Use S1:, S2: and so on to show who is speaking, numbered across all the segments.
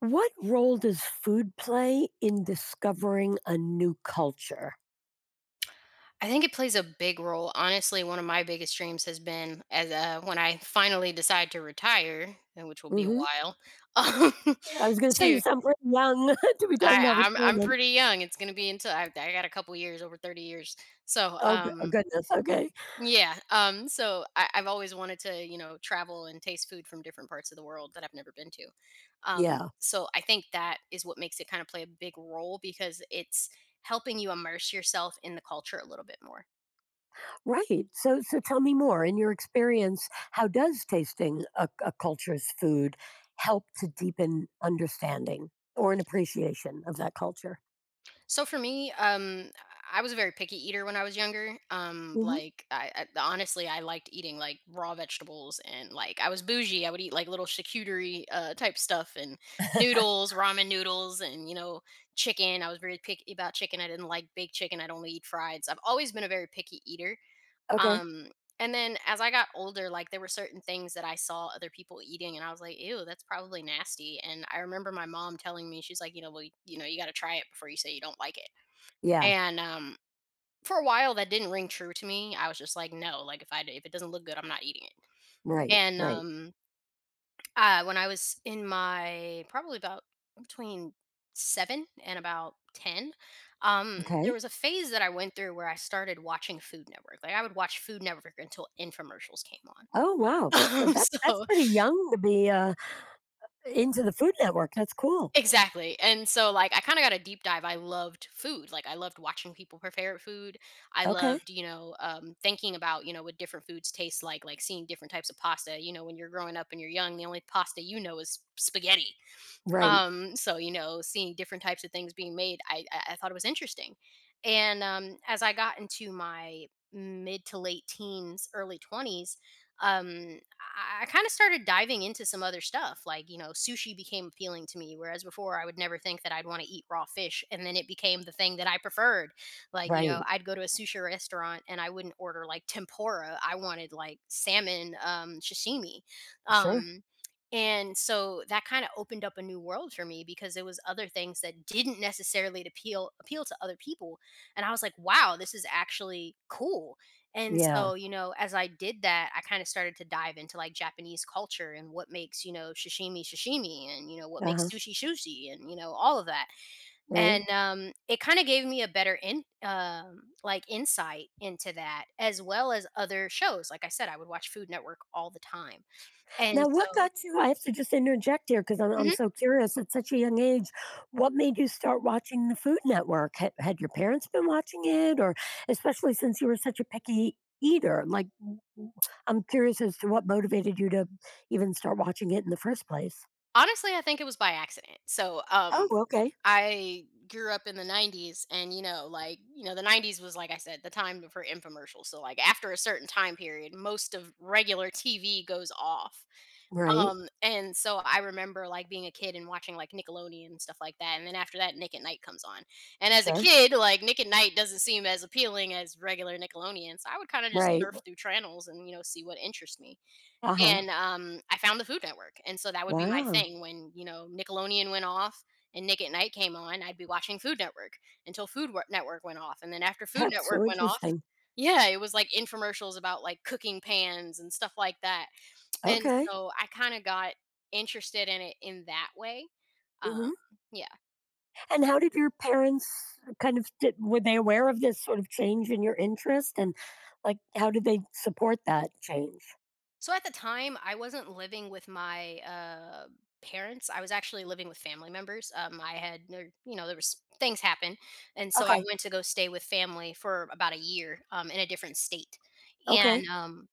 S1: What role does food play in discovering a new culture?
S2: I think it plays a big role. Honestly, one of my biggest dreams has been as when I finally decide to retire, and which will be a
S1: Mhm.
S2: while. Um,
S1: I was gonna say you
S2: to
S1: sound pretty young to be talking about
S2: I'm
S1: retirement.
S2: pretty young. It's gonna be until I got a couple years over 30 years. So
S1: Oh, goo oh,
S2: um
S1: goodness, okay.
S2: yeah so I've always wanted to travel and taste food from different parts of the world that I've never been to. Um
S1: Yeah,
S2: so I think that is what makes it kind of play a big role because it's helping you immerse yourself in the culture a little bit more.
S1: right. So tell me more. In your experience, how does tasting a culture's food help to deepen understanding or an appreciation of that culture?
S2: So for me, I was a very picky eater when I was younger.
S1: Mhm.
S2: Like I honestly, I liked eating like raw vegetables, and like I was bougie. I would eat like little charcuterie type stuff and noodles, ramen noodles, and chicken. I was very picky about chicken. I didn't like baked chicken. I'd only eat fried. So I've always been a very picky eater.
S1: Okay.
S2: Um, and then as I got older, like there were certain things that I saw other people eating, and I was like, "Ew, that's probably nasty." And I remember my mom telling me, she's like, "You know, well, you know, you got to try it before you say you don't like it."
S1: Yeah.
S2: And, um, for a while, that didn't ring true to me. I was just like, "No, like, if I d if it doesn't look good, I'm not eating it."
S1: Right,
S2: And,
S1: right.
S2: um, when I was in my probably about between 7 and about 10,
S1: Okay.
S2: there was a phase that I went through where I started watching Food Network. Like, I would watch Food Network until infomercials came on.
S1: Oh, wow. So
S2: Um,
S1: that's
S2: So
S1: pretty young to be, into the Food Network. That's cool.
S2: Exactly. And so like I kind of got a deep dive. I loved food. Like I loved watching people prepare food. I
S1: Okay.
S2: loved, thinking about, you know, what different foods taste like seeing different types of pasta. You know, when you're growing up and you're young, the only pasta you know is spaghetti.
S1: Right.
S2: Seeing different types of things being made, I thought it was interesting. And As I got into my mid to late teens, early 20s, um I kind of started diving into some other stuff. Like sushi became appealing to me, whereas before I would never think that I'd want to eat raw fish, and then it became the thing that I preferred. Like
S1: Right.
S2: I'd go to a sushi restaurant and I wouldn't order like tempura. I wanted like salmon, sashimi.
S1: Sure.
S2: um and so that kind of opened up a new world for me, because there was other things that didn't necessarily appeal to other people. And I was like, wow, this is actually cool. And
S1: Yeah.
S2: so, you know, as I did that, I kind of started to dive into like Japanese culture and what makes, you know, sashimi sashimi and, you know, what makes
S1: Uh-huh.
S2: sushi sushi and, you know, all of that.
S1: Right.
S2: And it kind of gave me a better in like insight into that, as well as other shows. Like I said, I would watch Food Network all the time. And
S1: Now what
S2: so,
S1: got you? I have to just interject here because I'm
S2: Mhm.
S1: so curious at such a young age. What made you start watching the Food Network? Had your parents been watching it, or especially since you were such a picky eater? Like I'm curious as to what motivated you to even start watching it in the first place.
S2: Honestly, I think it was by accident. So,
S1: Oh, okay.
S2: I grew up in the 90s, and you know, like, you know, the 90s was like I said, the time for infomercials. So like after a certain time period, most of regular TV goes off.
S1: Right.
S2: And so I remember like being a kid and watching like Nickelodeon and stuff like that. And then after that, Nick at Night comes on. And as a
S1: Sure.
S2: kid, like Nick at Night doesn't seem as appealing as regular Nickelodeon. So I would kind of just
S1: Right.
S2: surf through channels and, you know, see what interests me.
S1: Uh-huh.
S2: I found the Food Network, and so that would be my
S1: Wow.
S2: thing when, you know, Nickelodeon went off and Nick at Night came on. I'd be watching Food Network until Food Wor Network went off, and then after Food
S1: That's
S2: Network
S1: so
S2: went off,
S1: interesting.
S2: yeah, it was, like, infomercials about, like, cooking pans and stuff like that, and
S1: Okay.
S2: so I kinda got interested in it in that way. Um,
S1: Hmm.
S2: yeah.
S1: And how did your parents kind of did were they aware of this sort of change in your interest, and, like, how did they support that change?
S2: So at the time, I wasn't living with my parents. I was actually living with family members. I had, you know, there was things happen, and so I
S1: Okay,
S2: went to go stay with family for about a year in a different state.
S1: okay,
S2: And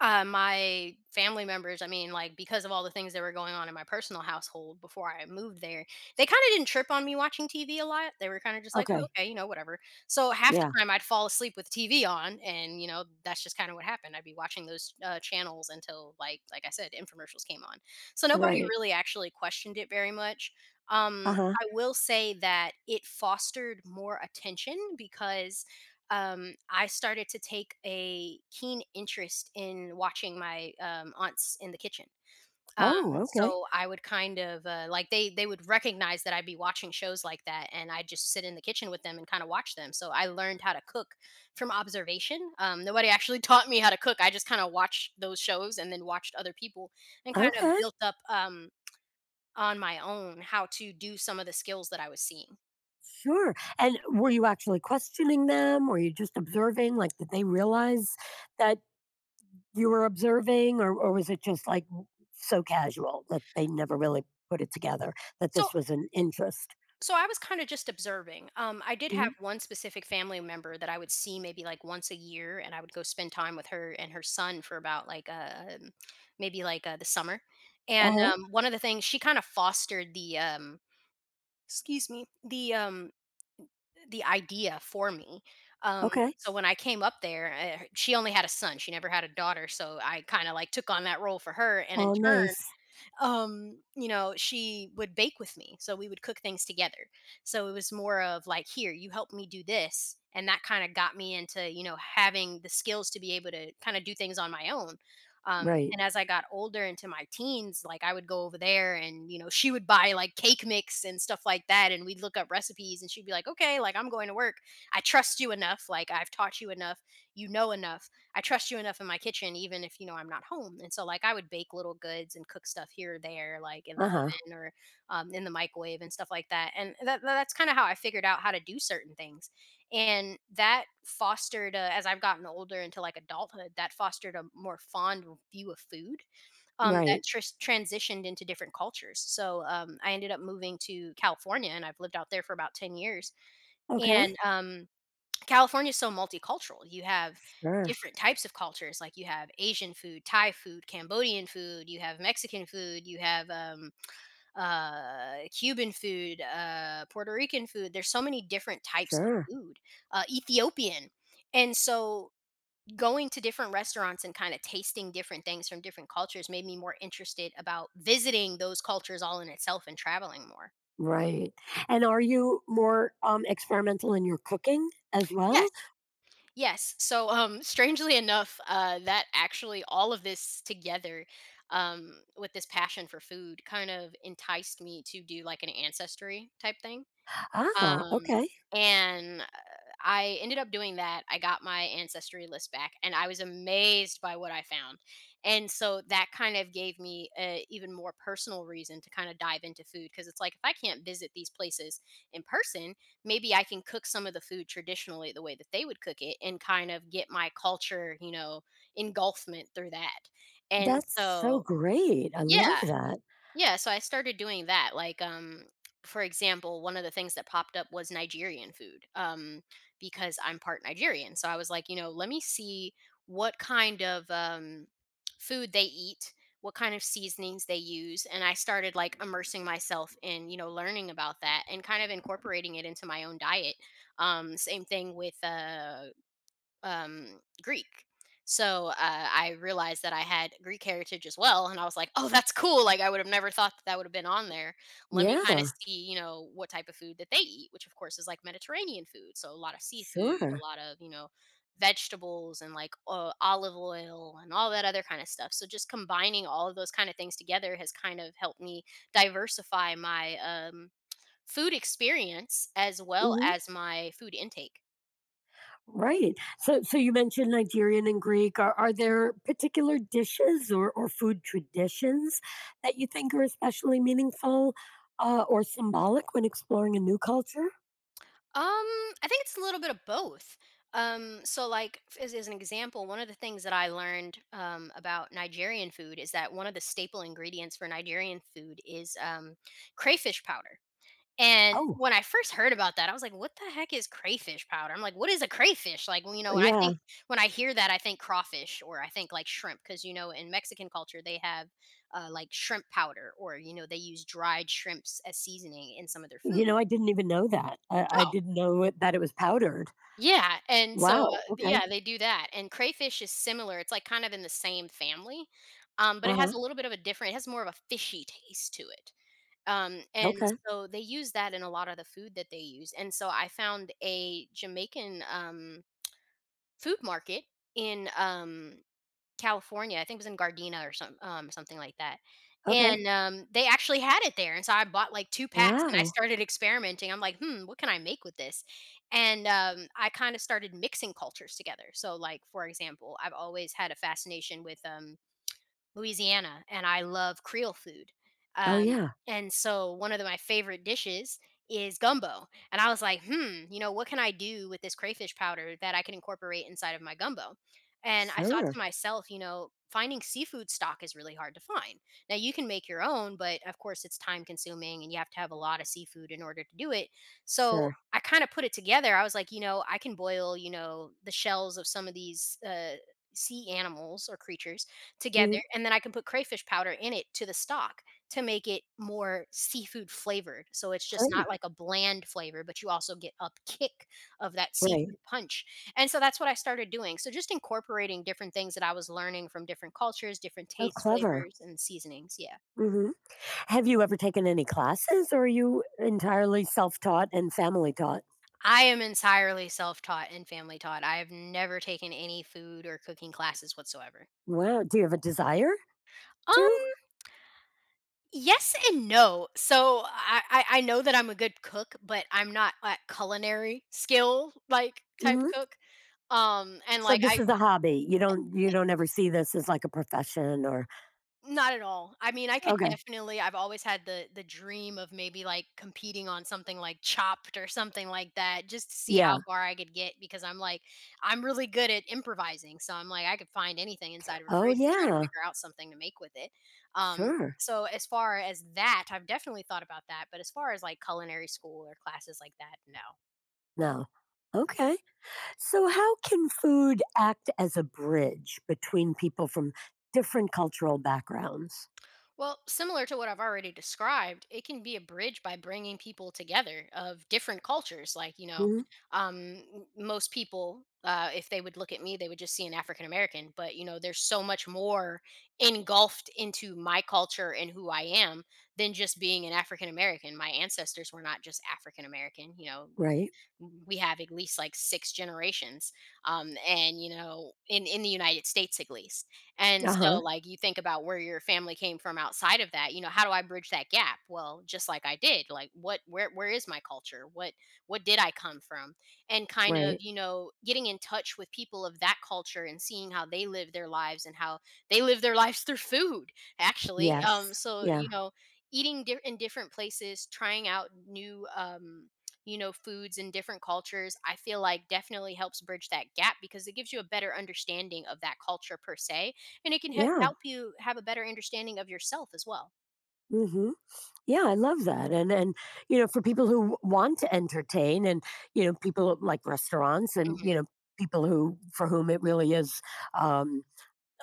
S2: my family members, I mean, like because of all the things that were going on in my personal household before I moved there, they kind of didn't trip on me watching TV a lot. They were kind of just like, oh,
S1: okay.
S2: okay, you know, whatever. So half the
S1: Yeah,
S2: time I'd fall asleep with TV on, and you know, that's just kind of what happened. I'd be watching those channels until, like I said, infomercials came on. So nobody
S1: right.
S2: really actually questioned it very much.
S1: Uh-huh.
S2: I will say that it fostered more attention because I started to take a keen interest in watching my aunts in the kitchen. Um,
S1: Oh, okay,
S2: so I would kind of like they would recognize that I'd be watching shows like that, and I'd just sit in the kitchen with them and kind of watch them. So I learned how to cook from observation. Nobody actually taught me how to cook. I just kind of watched those shows and then watched other people, and kind of
S1: okay,
S2: built up on my own how to do some of the skills that I was seeing.
S1: sure. And were you actually questioning them? Were you just observing? Like, did they realize that you were observing, or was it just, like, so casual that they never really put it together that
S2: So
S1: this was an interest?
S2: So I was kind of just observing. I did
S1: uh
S2: have one specific family member that I would see maybe like once a year, and I would go spend time with her and her son for about like maybe like the summer. And
S1: Uh-huh.
S2: one of the things, she kind of fostered the excuse me the idea for me. Um,
S1: Okay.
S2: so when I came up there, she only had a son; she never had a daughter. So I kind of like took on that role for her, and in
S1: Oh,
S2: turn
S1: nice.
S2: she would bake with me. So we would cook things together. So it was more of like, here you help me do this, and that kind of got me into having the skills to be able to kind of do things on my own.
S1: Right.
S2: And as I got older into my teens, like I would go over there, and she would buy like cake mix and stuff like that, and we'd look up recipes, and she'd be like, okay, like I'm going to work. I trust you enough. Like, I've taught you enough you know enough I trust you enough in my kitchen, even if you know I'm not home. And so, like, I would bake little goods and cook stuff here or there, like in the
S1: Uh-huh.
S2: oven or in the microwave and stuff like that. And that's kind of how I figured out how to do certain things. And that fostered, as I've gotten older into like adulthood, that fostered a more fond view of food, um, that
S1: Right.
S2: tr- transitioned into different cultures. So I ended up moving to California, and I've lived out there for about 10 years.
S1: Okay.
S2: And California is so multicultural. You have
S1: Sure.
S2: different types of cultures, like you have Asian food, Thai food, Cambodian food, you have Mexican food, you have Cuban food, Puerto Rican food. There's so many different types of
S1: Sure.
S2: food, Ethiopian. And so going to different restaurants and kind of tasting different things from different cultures made me more interested about visiting those cultures all in itself and traveling more.
S1: Right. And are you more experimental in your cooking as
S2: Yes.
S1: well?
S2: Yes. So, strangely enough, that actually all of this together, with this passion for food, kind of enticed me to do like an ancestry type thing.
S1: Ah,
S2: Um,
S1: okay.
S2: and, uh, I ended up doing that. I got my ancestry list back, and I was amazed by what I found. And so that kind of gave me a even more personal reason to kind of dive into food, because it's like if I can't visit these places in person, maybe I can cook some of the food traditionally the way that they would cook it and kind of get my culture, you know, engulfment through that. And
S1: That's so
S2: so
S1: great. I love
S2: yeah.
S1: that.
S2: Yeah, so I started doing that. Like, for example, one of the things that popped up was Nigerian food, because I'm part Nigerian. So I was like, you know, let me see what kind of food they eat, what kind of seasonings they use, and I started like immersing myself in, you know, learning about that and kind of incorporating it into my own diet. Same thing with Greek. So I realized that I had Greek heritage as well, and I was like, "Oh, that's cool! Like I would have never thought that, that would have been on there. Let me kind of
S1: Yeah.
S2: see, you know, what type of food that they eat, which of course is like Mediterranean food. So a lot of seafood, a
S1: Sure.
S2: lot of vegetables and like olive oil and all that other kind of stuff. So just combining all of those kind of things together has kind of helped me diversify my food experience as well
S1: Hmm.
S2: as my food intake.
S1: Right. So you mentioned Nigerian and Greek. Are there particular dishes or food traditions that you think are especially meaningful or symbolic when exploring a new culture?
S2: Um, I think it's a little bit of both. So like as an example, one of the things that I learned about Nigerian food is that one of the staple ingredients for Nigerian food is crayfish powder. And
S1: Oh,
S2: when I first heard about that, I was like, "What the heck is crayfish powder?" I'm like, "What is a crayfish?" Like, well, you know,
S1: yeah.
S2: when I hear that, I think crawfish or I think like shrimp, because you know, in Mexican culture, they have like shrimp powder, or you know, they use dried shrimps as seasoning in some of their
S1: You
S2: food.
S1: know, I didn't even know that. I didn't know it that it was powdered.
S2: Yeah, and so,
S1: Wow, okay.
S2: yeah, they do that, and crayfish is similar, it's, like, kind of in the same family, but it has
S1: Uh-huh.
S2: a little bit of a different it has more of a fishy taste to it, and
S1: Okay,
S2: so they use that in a lot of the food that they use, and so I found a Jamaican, food market in California. I think it was in Gardena or some something like that. Mhm.
S1: okay.
S2: And, they actually had it there, and so I bought, like, two packs, and I
S1: Wow.
S2: started experimenting. I'm like, "Hmm, what can I make with this?" And, I kinda started mixing cultures together, so, like, for example, I've always had a fascination with, Louisiana, and I love Creole food.
S1: Oh,
S2: Um,
S1: yeah.
S2: and so one of the my favorite dishes is gumbo, and I was like, "Hmm, you know, what can I do with this crayfish powder that I can incorporate inside of my gumbo?" And I thought to
S1: Sure,
S2: myself, you know, finding seafood stock is really hard to find. Now you can make your own, but of course it's time consuming and you have to have a lot of seafood in order to do it. So
S1: sure.
S2: I kind of put it together. I was like, you know, I can boil, you know, the shells of some of these sea animals or creatures together,
S1: Mhm,
S2: and then I can put crayfish powder in it to the stock to make it more seafood flavored. So it's just
S1: sure.
S2: not like a bland flavor, but you also get a kick of that
S1: Right.
S2: seafood punch. And so that's what I started doing. So just incorporating different things that I was learning from different cultures, different
S1: So
S2: tastes,
S1: clever.
S2: flavors, and seasonings. Yeah.
S1: Mhm. Have you ever taken any classes, or are you entirely self-taught and family taught?
S2: I am entirely self taught and family taught. I have never taken any food or cooking classes whatsoever.
S1: Wow, do you have a desire to?
S2: Um, Yes and no. So I know that I'm a good cook, but I'm not at culinary skill like type
S1: Mhm.
S2: cook. And
S1: So
S2: like
S1: this is
S2: I.
S1: a hobby. You don't ever see this as, like, a profession or
S2: Not at all. I mean, I could
S1: Okay.
S2: definitely I've always had the dream of maybe, like, competing on something like Chopped or something like that just to see
S1: Yeah.
S2: how far I could get because I'm like, I'm really good at improvising, so I'm like, I could find anything inside of a
S1: Oh,
S2: fridge and try to
S1: yeah.
S2: figure out something to make with it. Um,
S1: Sure.
S2: so as far as that, I've definitely thought about that, but as far as, like, culinary school or classes like that, no.
S1: No. Okay. So, how can food act as a bridge between people from different cultural backgrounds?
S2: Well, similar to what I've already described, it can be a bridge by bringing people together of different cultures. Like, you know,
S1: Hmm.
S2: most people, if they would look at me, they would just see an African American. But, you know, there's so much more engulfed into my culture and who I am than just being an African American. My ancestors were not just African American. You know,
S1: Right.
S2: we have at least like six generations and you know in the United States at least. And
S1: Uh huh.
S2: so, like, you think about where your family came from outside of that, you know, how do I bridge that gap? Well, just like I did, like what where is my culture? What did I come from? And kind of,
S1: Right.
S2: you know, getting in touch with people of that culture and seeing how they live their lives and how they live their lives through food, actually.
S1: Yes.
S2: So,
S1: Yeah.
S2: you know, eating in different places, trying out new foods in different cultures, I feel like definitely helps bridge that gap because it gives you a better understanding of that culture per se, and it can
S1: Yeah.
S2: help you have a better understanding of yourself as well.
S1: Hmm. Yeah, I love that, and you know, for people who want to entertain, and you know, people like restaurants, and you
S2: Hmm.
S1: know, people who, for whom it really is um,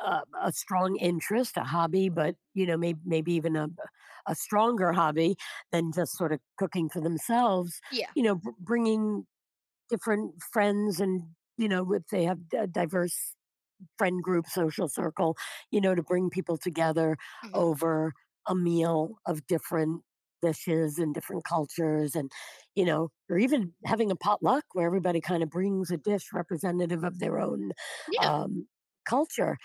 S1: a strong interest, a hobby, but you know, maybe maybe even a stronger hobby than just sort of cooking for themselves.
S2: Yeah.
S1: You know, bringing different friends, and you know, if they have a diverse friend group, social circle, you know, to bring people together
S2: Hmm.
S1: over a meal of different dishes and different cultures. And you know, or even having a potluck where everybody kind of brings a dish representative of their own
S2: Yeah.
S1: um, culture,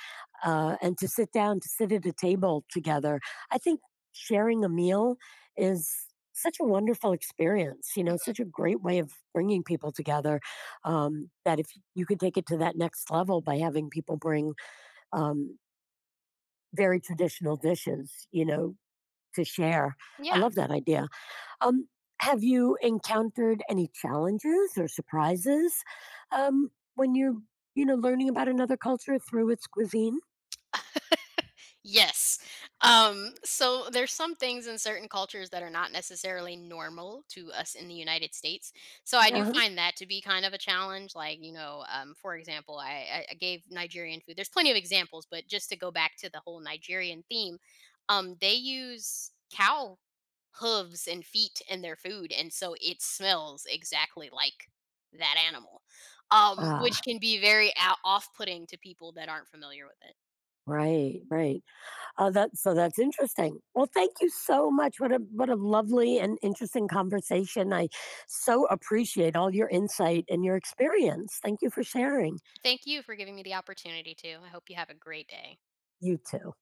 S1: and to sit down, to sit at a table together. I think sharing a meal is such a wonderful experience, you know,
S2: Hmm.
S1: such a great way of bringing people together. That if you could take it to that next level by having people bring um, very traditional dishes, you know, to share. I
S2: Yeah.
S1: love that idea. Um, have you encountered any challenges or surprises when you're, you know, learning about another culture through its cuisine?
S2: Yes. So there's some things in certain cultures that are not necessarily normal to us in the United States. So I do
S1: Uh-huh.
S2: find that to be kind of a challenge. Like, you know, for example, I gave Nigerian food. There's plenty of examples, but just to go back to the whole Nigerian theme, they use cow hooves and feet in their food. And so it smells exactly like that animal, which
S1: Ah,
S2: can be very off putting to people that aren't familiar with it.
S1: right, right. Oh, that that's interesting. Well, thank you so much. What a lovely and interesting conversation. I so appreciate all your insight and your experience. Thank you for sharing.
S2: Thank you for giving me the opportunity to. I hope you have a great day.
S1: You too.